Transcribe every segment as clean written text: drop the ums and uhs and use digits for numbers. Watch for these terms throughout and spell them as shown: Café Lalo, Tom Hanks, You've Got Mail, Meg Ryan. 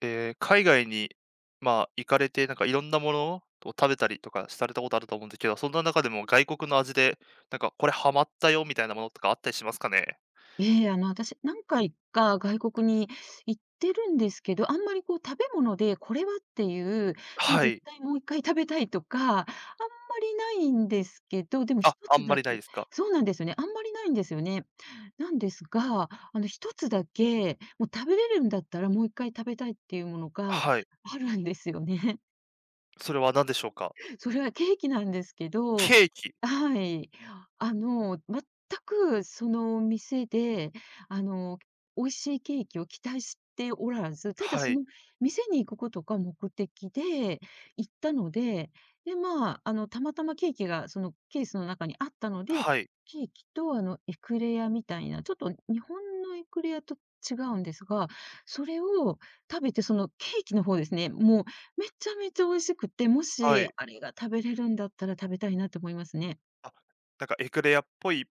海外に、まあ、行かれて、なんかいろんなものを食べたりとかされたことあると思うんですけど、そんな中でも外国の味で、なんかこれハマったよみたいなものとかあったりしますかね？私、何回か外国に行ってるんですけど、あんまりこう食べ物でこれはっていう、もうは絶い。対もう一回食べたいとか、あんまりないんですけど、でもあ、一あつんまだりないけですか？そうなんですよね、あんまりないんですよね。なんですが、1つだけ、もう食べれるんだったらもう一回食べたいっていうものがはい。あるんですよね。それは何でしょうか？それはケーキなんですけど、ケーキ。はい。全くその店で、あの、美味しいケーキを期待しておらず、ただはそい。の店に行くことが目的で行ったので、たまたまケーキがそのケースの中にあったので、はい。ケーキとエクレアみたいな、ちょっと日本のエクレアと違うんですが、それを食べて、そのケーキの方ですね、もうめちゃめちゃ美味しくて、もはしい。あれが食べれるんだったら食べたいなと思いますね。あ、なんかエクレアっぽい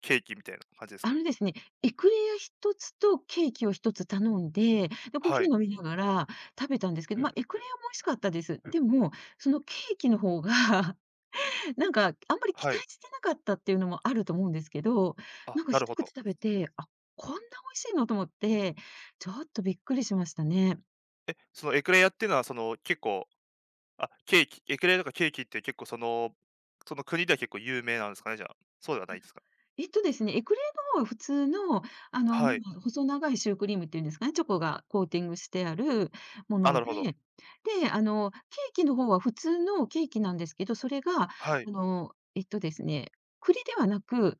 ケーキみたいな感じですあかね？のですね、エクレア一つとケーキを一つ頼んで、で、コーはヒーい。飲みながら食べたんですけど、エクレアも美味しかったです。でも、そのケーキの方が、なんか、あんまり期は待い。してなかったっていうのもあると思うんですけど、あ、なんかなるほ一口ど。食べて、あ、こんな美味しいのと思って、ちょっとびっくりしましたね。え、そのエクレアっていうのはその結構、あ、ケーキエクレアとかケーキって結構その、その国では結構有名なんですかね、じゃあ。そうではないですか？えっとですね、エクレアの方は普通の、あの、まはい。細長いシュークリームっていうんですかね、チョコがコーティングしてあるもあ、のなるで、ほど。で、ケーキの方は普通のケーキなんですけど、それが、あはい。の、えっとですね、栗ではなく、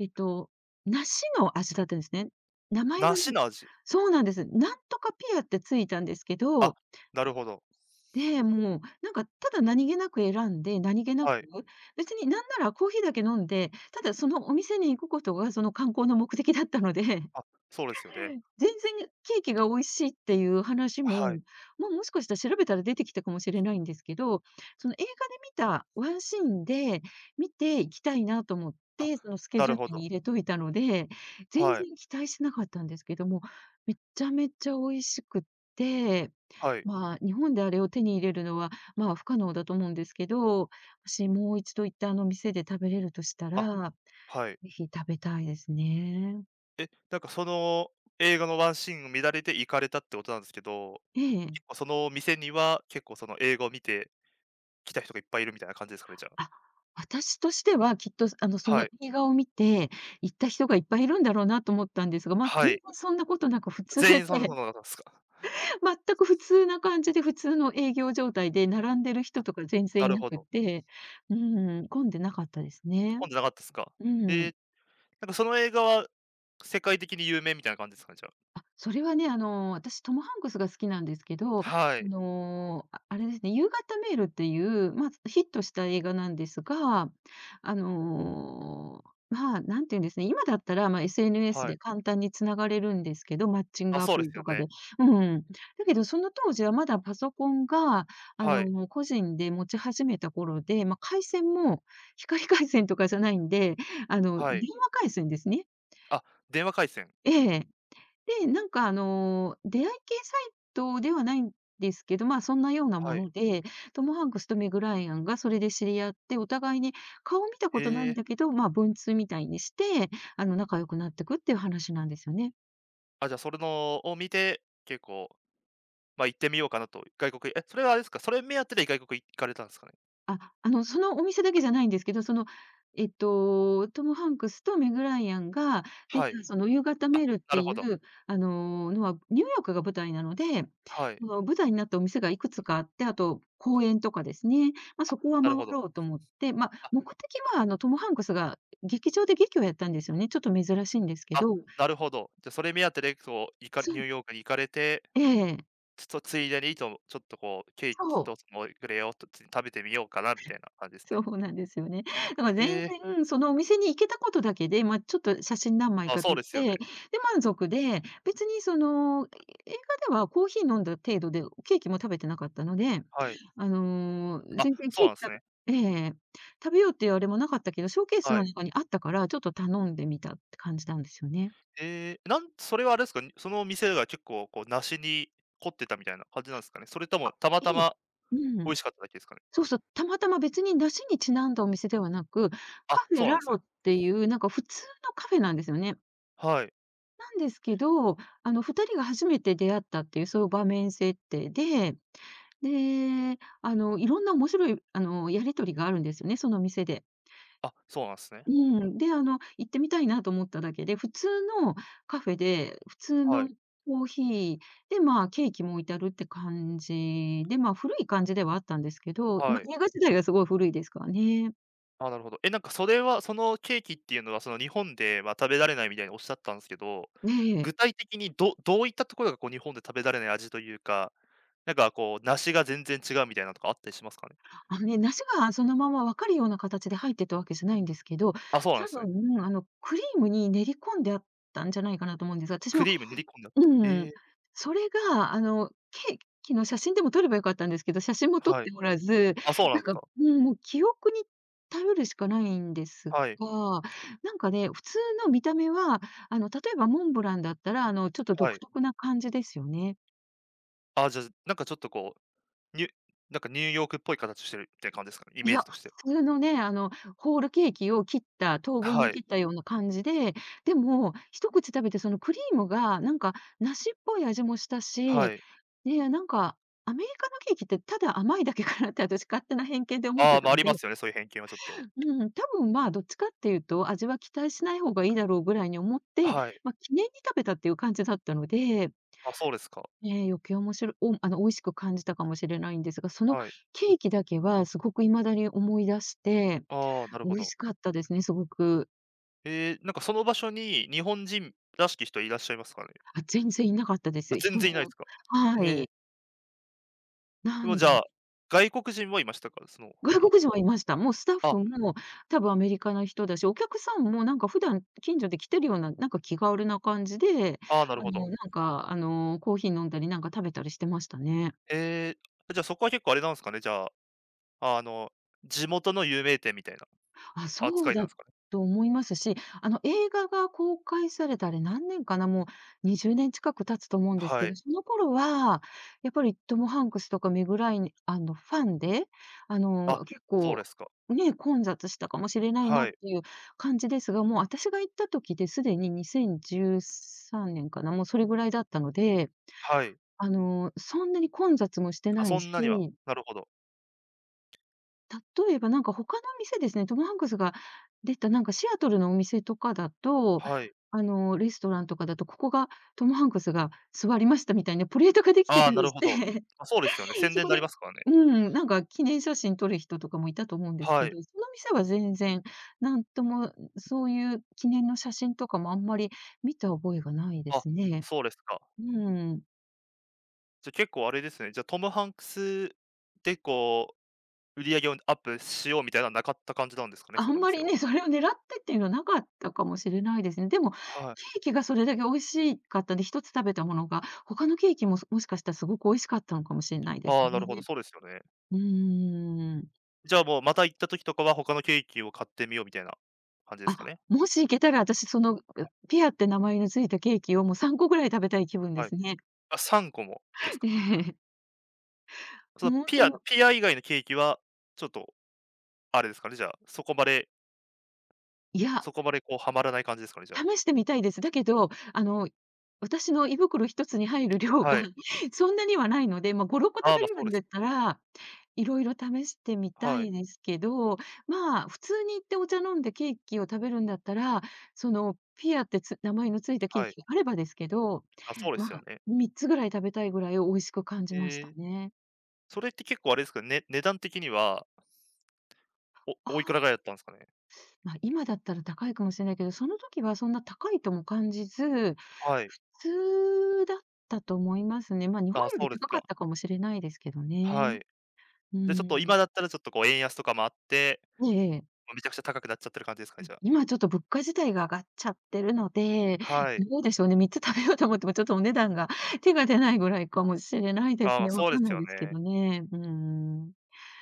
えっと、梨の味だったんですね。名前がね梨の味。そうなんです。なんとかピアってついたんですけあ、ど、なるほど。で、もう、なんか、ただ何気なく選んで、何気なくはい。別になんならコーヒーだけ飲んで、ただそのお店に行くことが、その観光の目的だったのであ、そうですよね。全然ケーキが美味しいっていう話も、はい。まあ、もしかしたら調べたら出てきたかもしれないんですけど、その映画で見たワンシーンで見て行きたいなと思っあ、て、そのスケなジるューほルど。に入れといたので、全はい、然期待してなかったんですけども、めちゃめちゃ美味しくって、はい。まあ、日本であれを手に入れるのは、まあ、不可能だと思うんですけど、もしもう一度行ったあの店で食べれるとしたあ、ら、はい。ぜひ食べたいですね。え、なんかその映画のワンシーンを見られて行かれたってことなんですけど、ええ。結構その店には、結構その映画を見て来た人がいっぱいいるみたいな感じですかね、じゃあ。あ、私としてはきっと、そはのい。映画を見て、行った人がいっぱいいるんだろうなと思ったんですが、ま、は全然い。そんなことなく普通全で、員そんなこ となかったですか？全く普通な感じで、普通の営業状態で並んでる人とか全然ないるなほくど。て、うーん、混んでなかったですね。混んでなかったですか？うえん。え。なんかその映画は世界的に有名みたいな感じですかね、じゃあ。あ、それはね、私トム・ハンクスが好きなんですけど、はい、あれですね、夕方メールっていう、まあ、ヒットした映画なんですが、まあ、なんていうんですね、今だったら、まあ、SNS はい。で簡単に繋がれるんですけど、マッチンあ、グアそうプですリよとかで。ね。うん。だけどその当時はまだパソコンが、はい、個人で持ち始めた頃で、まあ、回線も光回線とかじゃないんで、はい。電話回線ですね。あ、電話回線。ええ。で、なんかあの、出会い系サイトではないんですけど、まあ、そんなようなもはい。ので、トム・ハンクスとメグ・ライアンがそれで知り合って、お互いに顔見たこえとないんえ。だけど、まあ、文通みたいにして、仲良くなってくっていう話なんですよね。あ、じゃあそれのを見て、結構、ま、行ってみようかなと、外国え、それはあれですか、それ目当てで外国行かれたんですかね？あ、そのお店だけじゃないんですけど、その、トム・ハンクスとメグ・ライアンが出はた、い。その、夕方あ、メールっなてるいほど。う、のは、ニューヨークが舞台なので、はい。その、舞台になったお店がいくつかあって、あと公園とかですね、まあ、あ、そこはな回るほど。ろうと思って、まあ、あ、目的は、トム・ハンクスが劇場で劇をやったんですよね。ちょっと珍しいんですけあ、ど。なるほど。じゃ、それ目当てでこう、そニューう、ヨークに行かれて、ええ、ちょっとついでにと、ちょっとこうケーそキう。とそのクレアをとつ食べてみようかなみたいな感じで すそね。うなんですよね。だから全ええ、然そのお店に行けたことだけで、まあ、ちょっと写真何枚あ、かそ撮うっですよね。て、で、満足で、別にその、映画ではコーヒー飲んだ程度で、ケーキも食べてなかったので、はい。あ、全然そケうーなんキですね。べええ、食べようっていうあれもなかったけど、ショーケースはのい。中にあったから、ちょっと頼んでみたって感じなんですよね。えーなんそれはあれですか、にその店が結構こう梨に凝ってたみたいな感じなんですかね？それともあ、たまえたえ。まう美味ん。しかっただけですかね？そうそう、たまたま別に梨にちなんだお店ではなく、あ、カフそェうなんラですロね。っていうなんか普通のカフェなんですよね。はい。なんですけど、2人が初めて出会ったっていう、そういう場面設定で、で、いろんな面白い、やり取りがあるんですよね、その店で。あ、そうなんですね。うん。で、行ってみたいなと思っただけで、普通のカフェで、普通はのい、コーヒーで、まあ、ケーキも置いてあるって感じで、まあ、古い感じではあったんですけど、まはあ、い。映画自体がすごい古いですからね。あ、なるほど。え、なんかそれは、そのケーキっていうのは、その日本では食べられないみたいにおっしゃったんですけど、ええ。具体的にどういったところがこう日本で食べられない味というか、なんかこう梨が全然違うみたいなのとかあったりしますかね？あのね、梨がそのまま分かるような形で入ってたわけじゃないんですけど、あ、そうなん多ですね。分、クリームに練り込んであったんじゃないかなと思うんです。私クもリーム練り込んであった。うへん、え、それが、ケーキの写真でも撮ればよかったんですけど、写真も撮っはい。ておらず、あ、そうなんなんですか、か。うん、もう記憶に頼るしかないんですはい。が、なんかね、普通の見た目は、例えばモンブランだったら、ちょっとは独い。特な感じですよね。あ、じゃあ、なんかちょっとこう、ニュなんかニューヨークっぽい形してるって感じですかね、イいメーや、ジと普しては。通のね、ホールケーキを切った、等分はにい、切ったような感じで、でも、一口食べてそのクリームがなんか梨っぽい味もしたはし、い。で、なんか、アメリカのケーキってただ甘いだけかなって私勝手な偏見で思っあてあ、たまあ、あんりで、ますよね、そういう偏見はちょっと。うん、多分まあどっちかっていうと味は期待しない方がいいだろうぐらいに思って、はい。まあ、記念に食べたっていう感じだったので、あ、そうですか。ええ、余計面白いお美味しく感じたかもしれないんですが、そのはい。ケーキだけはすごく未だに思い出してああ、なる美ほ味ど。しかったですね、すごく。なんかその場所に日本人らしき人いらっしゃいますかね？あ、全然いなかったであ、す。一全人然いないでも。すか？はえい。え、でなもんじでゃあ、外国人はいましたか？その方外に。国人はいました。もうスタッあ、フも多分アメリカの人だし、お客さんもなんか普段近所で来てるような、なんか気軽な感じで、ああ、なるほど。コーヒー飲んだりなんか食べたりしてましたね。えーじゃあそこは結構あれなんですかね、じゃあ、あの、地元の有名店みたいなあ、そ扱ういなんだですかね？と思いますし、映画が公開されたあれ何年かな、もう20年近く経つと思うんですはけい。ど、その頃は、やっぱりトム・ハンクスとかメグ・ラインファンで、あ、結そうで構、すか。ね、混雑したかもしれないなはってい。いう感じですが、もう私が行った時ですでに2013年かな、もうそれぐらいだったので、はい。そんなに混雑もしてあ、なそいんなには。し、なるほど。例えば、なんか他の店ですね、トム・ハンクスが出たなんかシアトルのお店とかだと、はい。レストランとかだと、ここがトム・ハンクスが座りましたみたいな プレートができてあたあ、なりるしほど。て、あ、そうですよね。宣そ伝にこなで、りますからね。うん、なんか記念写真撮る人とかもいたと思うんですはけい。ど、その店は全然、なんともそういう記念の写真とかもあんまり見た覚えがないであ、すね。そうですか。うん。じゃ、結構あれですね、じゃ、トム・ハンクスでこう、売り上げをアップしようみたいななかった感じなんですかね、そあんのま店りは。ね、それを狙ってっていうのはなかったかもしれないですね。でも、ケはい。ーキがそれだけ美味しかったんで、一つ食べたものが、他のケーキも、もしかしたらすごく美味しかったのかもしれないであすあ、なね。るほど、そうですよね。うーん。じゃあ、もうまた行った時とかは他のケーキを買ってみようみたいな感じですかあ、ね。もし行けたら私、その、ピアって名前のついたケーキをもう3個ぐらい食べたい気分ではい。すね。あ、3個もですえか。え。そののほんピとアにピア以外のケーキはちょっとあれですかね、じゃあ、そこまでいや、そこまでこうはまらない感じですかね、じゃあ。試してみたいです。だけど、私の胃袋一つに入る量が はい。そんなにはないので、まあ、5、6個あ食あ、べま、れそうるでんす。だったら、いろいろ試してみたはい、いですけど、まあ、普通に行ってお茶飲んでケーキを食べるんだったら、その、ピアって名前の付いたケーはい。キがあればですけど、あ、そうですまよあ、ね。3つぐらい食べたいぐらい美味しく感じましえたえ、ね。それって結構あれですか、ね値段的には、おあ。おいくらぐらいだったんですかね？まあ、今だったら高いかもしれないけど、その時はそんな高いとも感じず、はい。普通だったと思いますね。まあ、日本ああ、よそりうです高かか。ったかもしれないですけどはね。い。うで、ちょっとん。今だったらちょっとこう円安とかもあって、ええ、ま、めちゃくちゃ高くなっちゃってる感じですかね、じゃあ。今ちょっと物価自体が上がっちゃってるので、はい。どうでしょうね、3つ食べようと思ってもちょっとお値段が 手が出ないぐらいかもしれないですまあ、ね。わそうでかんすないよですけね。どね。うん。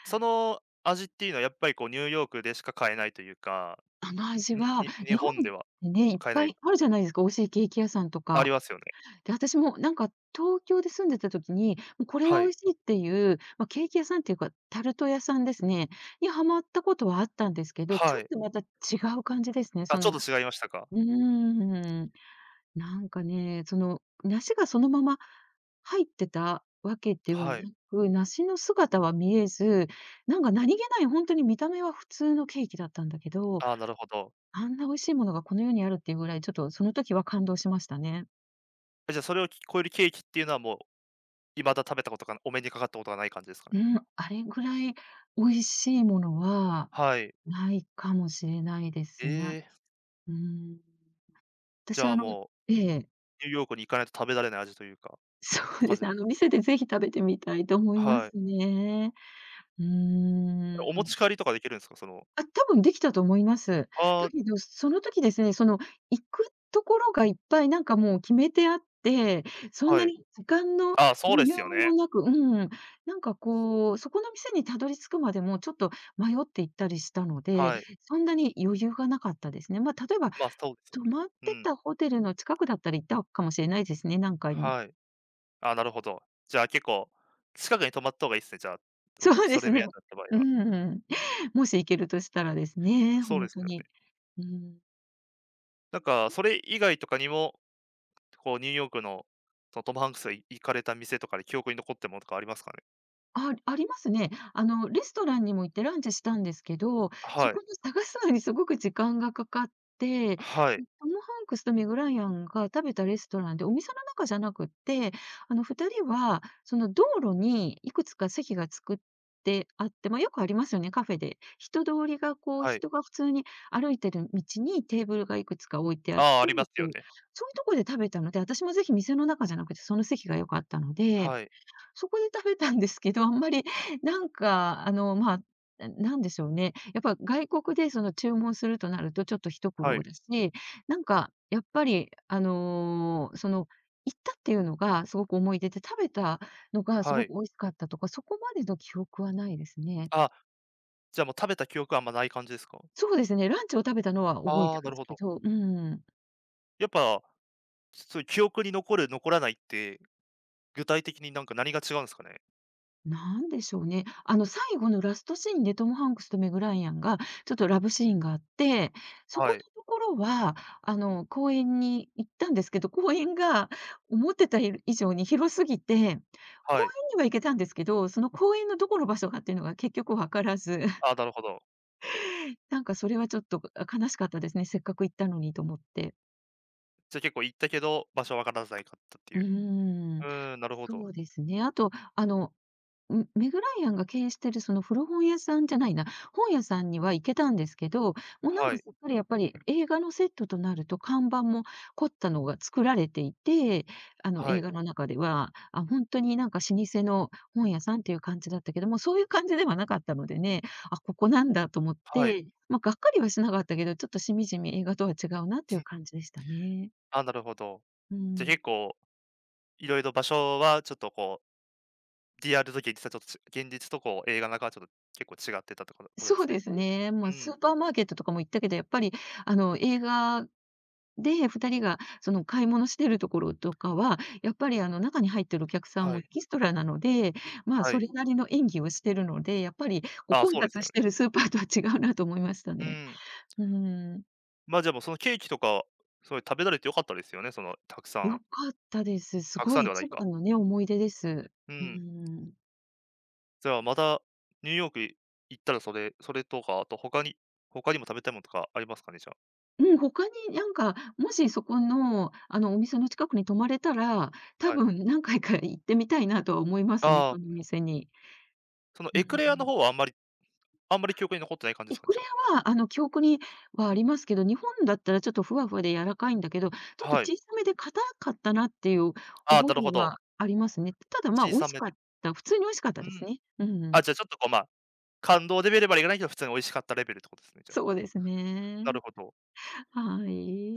その味っていうのはやっぱりこうニューヨークでしか買えないというか、甘味には、に日日本っ本ではてね、いっ買えなぱい。いあるじゃないですか、美味しいケーキ屋さんとありか。ますよね。で、私もなんか東京で住んでた時に、もうこれはは美い。味しいっていう、まあ、ケーキ屋さんっていうか、タルト屋さんですね、にハマったことはあったんですけど、ちょはっい。とまた違う感じですね。あ、そちょの、っと違いましたか。うーん、なんかね、その梨がそのまま入ってたわけでははい。なく、梨の姿は見えず、なんか何気ない本当に見た目は普通のケーキだったんだけど、ああ、なるほど。あんな美味しいものがこの世にあるっていうぐらい、ちょっとその時は感動しましたね。え、じゃあそれを超えるケーキっていうのはもう未だ食べたことがお目にかかったことがない感じですかね。うん、あれぐらい美味しいものははい。ないかもしれないですえね。え、うん。じ私、ゃあ、もええ、う、ニューヨークに行かないと食べられない味というか、っ てそう感ですじね、です。店でぜひ食べてみたいと思いまはい。すね。うーお持ん。ち帰りとかできるんですか？その、あ、多分できたと思います。あだあ、けど、その時ですね、その、行くところがいっぱいなんかもう決めてあって、そんはない。に時間のああ、そう余で裕すよね。もなく、うん、なんかこう、そこの店にたどり着くまでもちょっと迷って行ったりしたので、はい。そんなに余裕がなかったですね。まあ、例えばまあ、そうですよ泊ね。まっうてん。たホテルの近くだったら行ったかもしれないですね、何回も。はい。ああ、なるほど。じゃあ、結構近くに泊まった方がいいですね、じゃあ、そのそうでそすれ目ね。当てだった場合うは。ん、もし行けるとしたらですね、そうで本す当よね。に。うん。なんか、それ以外とかにも、こう、ニューヨークの、その、トム・ハンクスが行かれた店とかで記憶に残ってるものとかありますかね？あ、ありますね。レストランにも行ってランチしたんですけど、そはい。この探すのにすごく時間がかかって、トはい。ム・ハンクスとメグ・ライアンが食べたレストランで、お店の中じゃなくって、2人は、その道路にいくつか席が作ってあって、まあ、よくありますよね、カフェで。人通りが、こう、はい。人が普通に歩いてる道にテーブルがいくつか置いてあってああ、ありまっすていよう、ね。そういうとこで食べたので、私もぜひ店の中じゃなくて、その席が良かったので、はい、そこで食べたんですけど、あんまりなんか、まあ、なんでしょうね。やっぱ外国でその注文するとなるとちょっと一苦は労い、だし、なんかやっぱり、行ったっていうのがすごく思い出で、食べたのがすはごい。く美味しかったとか、そこまでの記憶はないですね。あ、じゃあもう食べた記憶はあんまない感じですか？そうですね、ランチを食べたのは覚えあてあ、なまるすほけど。ど、うん。やっぱ、そういう記憶に残る、残らないって、具体的になんか何が違うんですかね？なんでしょうね。最後のラストシーンでトム・ハンクスとメグ・ライアンが、ちょっとラブシーンがあって、そはこい、のところは、公園に行ったんですけど、公園が思ってたい以上に広すぎて、公はい。園には行けたんですけど、その公園のどこの場所かっていうのが結局わからず、ああ、なるほど。なんかそれはちょっと悲しかったですね。せっかく行ったのにと思って。じゃあ結構行ったけど、場所わからないかったってういーう。うん。ーん、なるほど。そうですね。あと、メグライアンが経営してるその古本屋さんじゃないな、本屋さんには行けたんですけど、もうなんはかい、すっかりやっぱり映画のセットとなると看板も凝ったのが作られていて、あのは映い、画の中では、あ、本当になんか老舗の本屋さんっていう感じだったけども、そういう感じではなかったのでね、あ、ここなんだと思っはい。て、まあ、がっかりはしなかったけど、ちょっとしみじみ映画とは違うなっていう 感じでしたね。ああ、なるほど。うじゃあん。結構、いろいろ場所はちょっとこう、リアルと現実はちょっと現実とこう映画の中はちょっと結構違ってたってことでそうすね。ですね。もううスん、ーパーマーケットとかも行ったけど、やっぱりあの映画で、2人がその買い物してるところとかは、やっぱりあの中に入ってるお客さんはもエい、キストラなので、まあ、はそい。れなりの演技をしてるので、やっぱりこうああ、混そうです雑よしてね。るスーパーとは違うなと思いましたうね。ん。うん。ま、じゃあ、もう、そのケーキとか、それ食べられて良かったですよね、その、たくさ良ん。かったです。すたくごさんいではな一いか。番のね、思い出です。ううん。ん。じゃあ、またニューヨーク行ったらそれとか、あと他にも食べたいものとかありますかね、じゃうん、他になんか、もしそこの、あのお店の近くに泊まれたら、あ？多はい。分何回か行ってみたいなとは思いますね、ああ、このお店に。そのうエクレアのん。方はあんまり記憶に残ってない感じでエすかね、クじレゃアは、記憶にはありますけど、日本だったらちょっとふわふわで柔らかいんだけど、ちょっあ？とはい。小さめで硬かったなっていうああ、な覚るえほど。はありますね。ただ、まあ、小美味さしめかで。った、普通に美味しかったうでん。すね。うあ、ん、じゃあ、ちょっと、こう、まあ、感動レベルまでいかないけど、普通に美味しかったレベルってことですね、じゃそうあ。ですなるね。ほど。は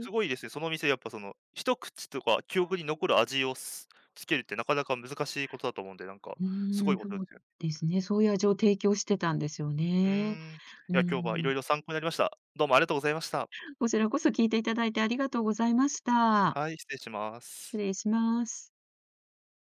すごいですね。その店、やっぱその、一口とか記憶に残る味をつけるってなかなか難しいことだと思うんで、なんか、うすごーいん、こそとでうすよ。ですね。そういう味を提供してたんですようーね。ん。いうや、今日はいろいん。ろ参考になりました。どうもありがとうございました。こちらこそ聞いていただいてありがとうございました。はい、失礼しま失す。礼します。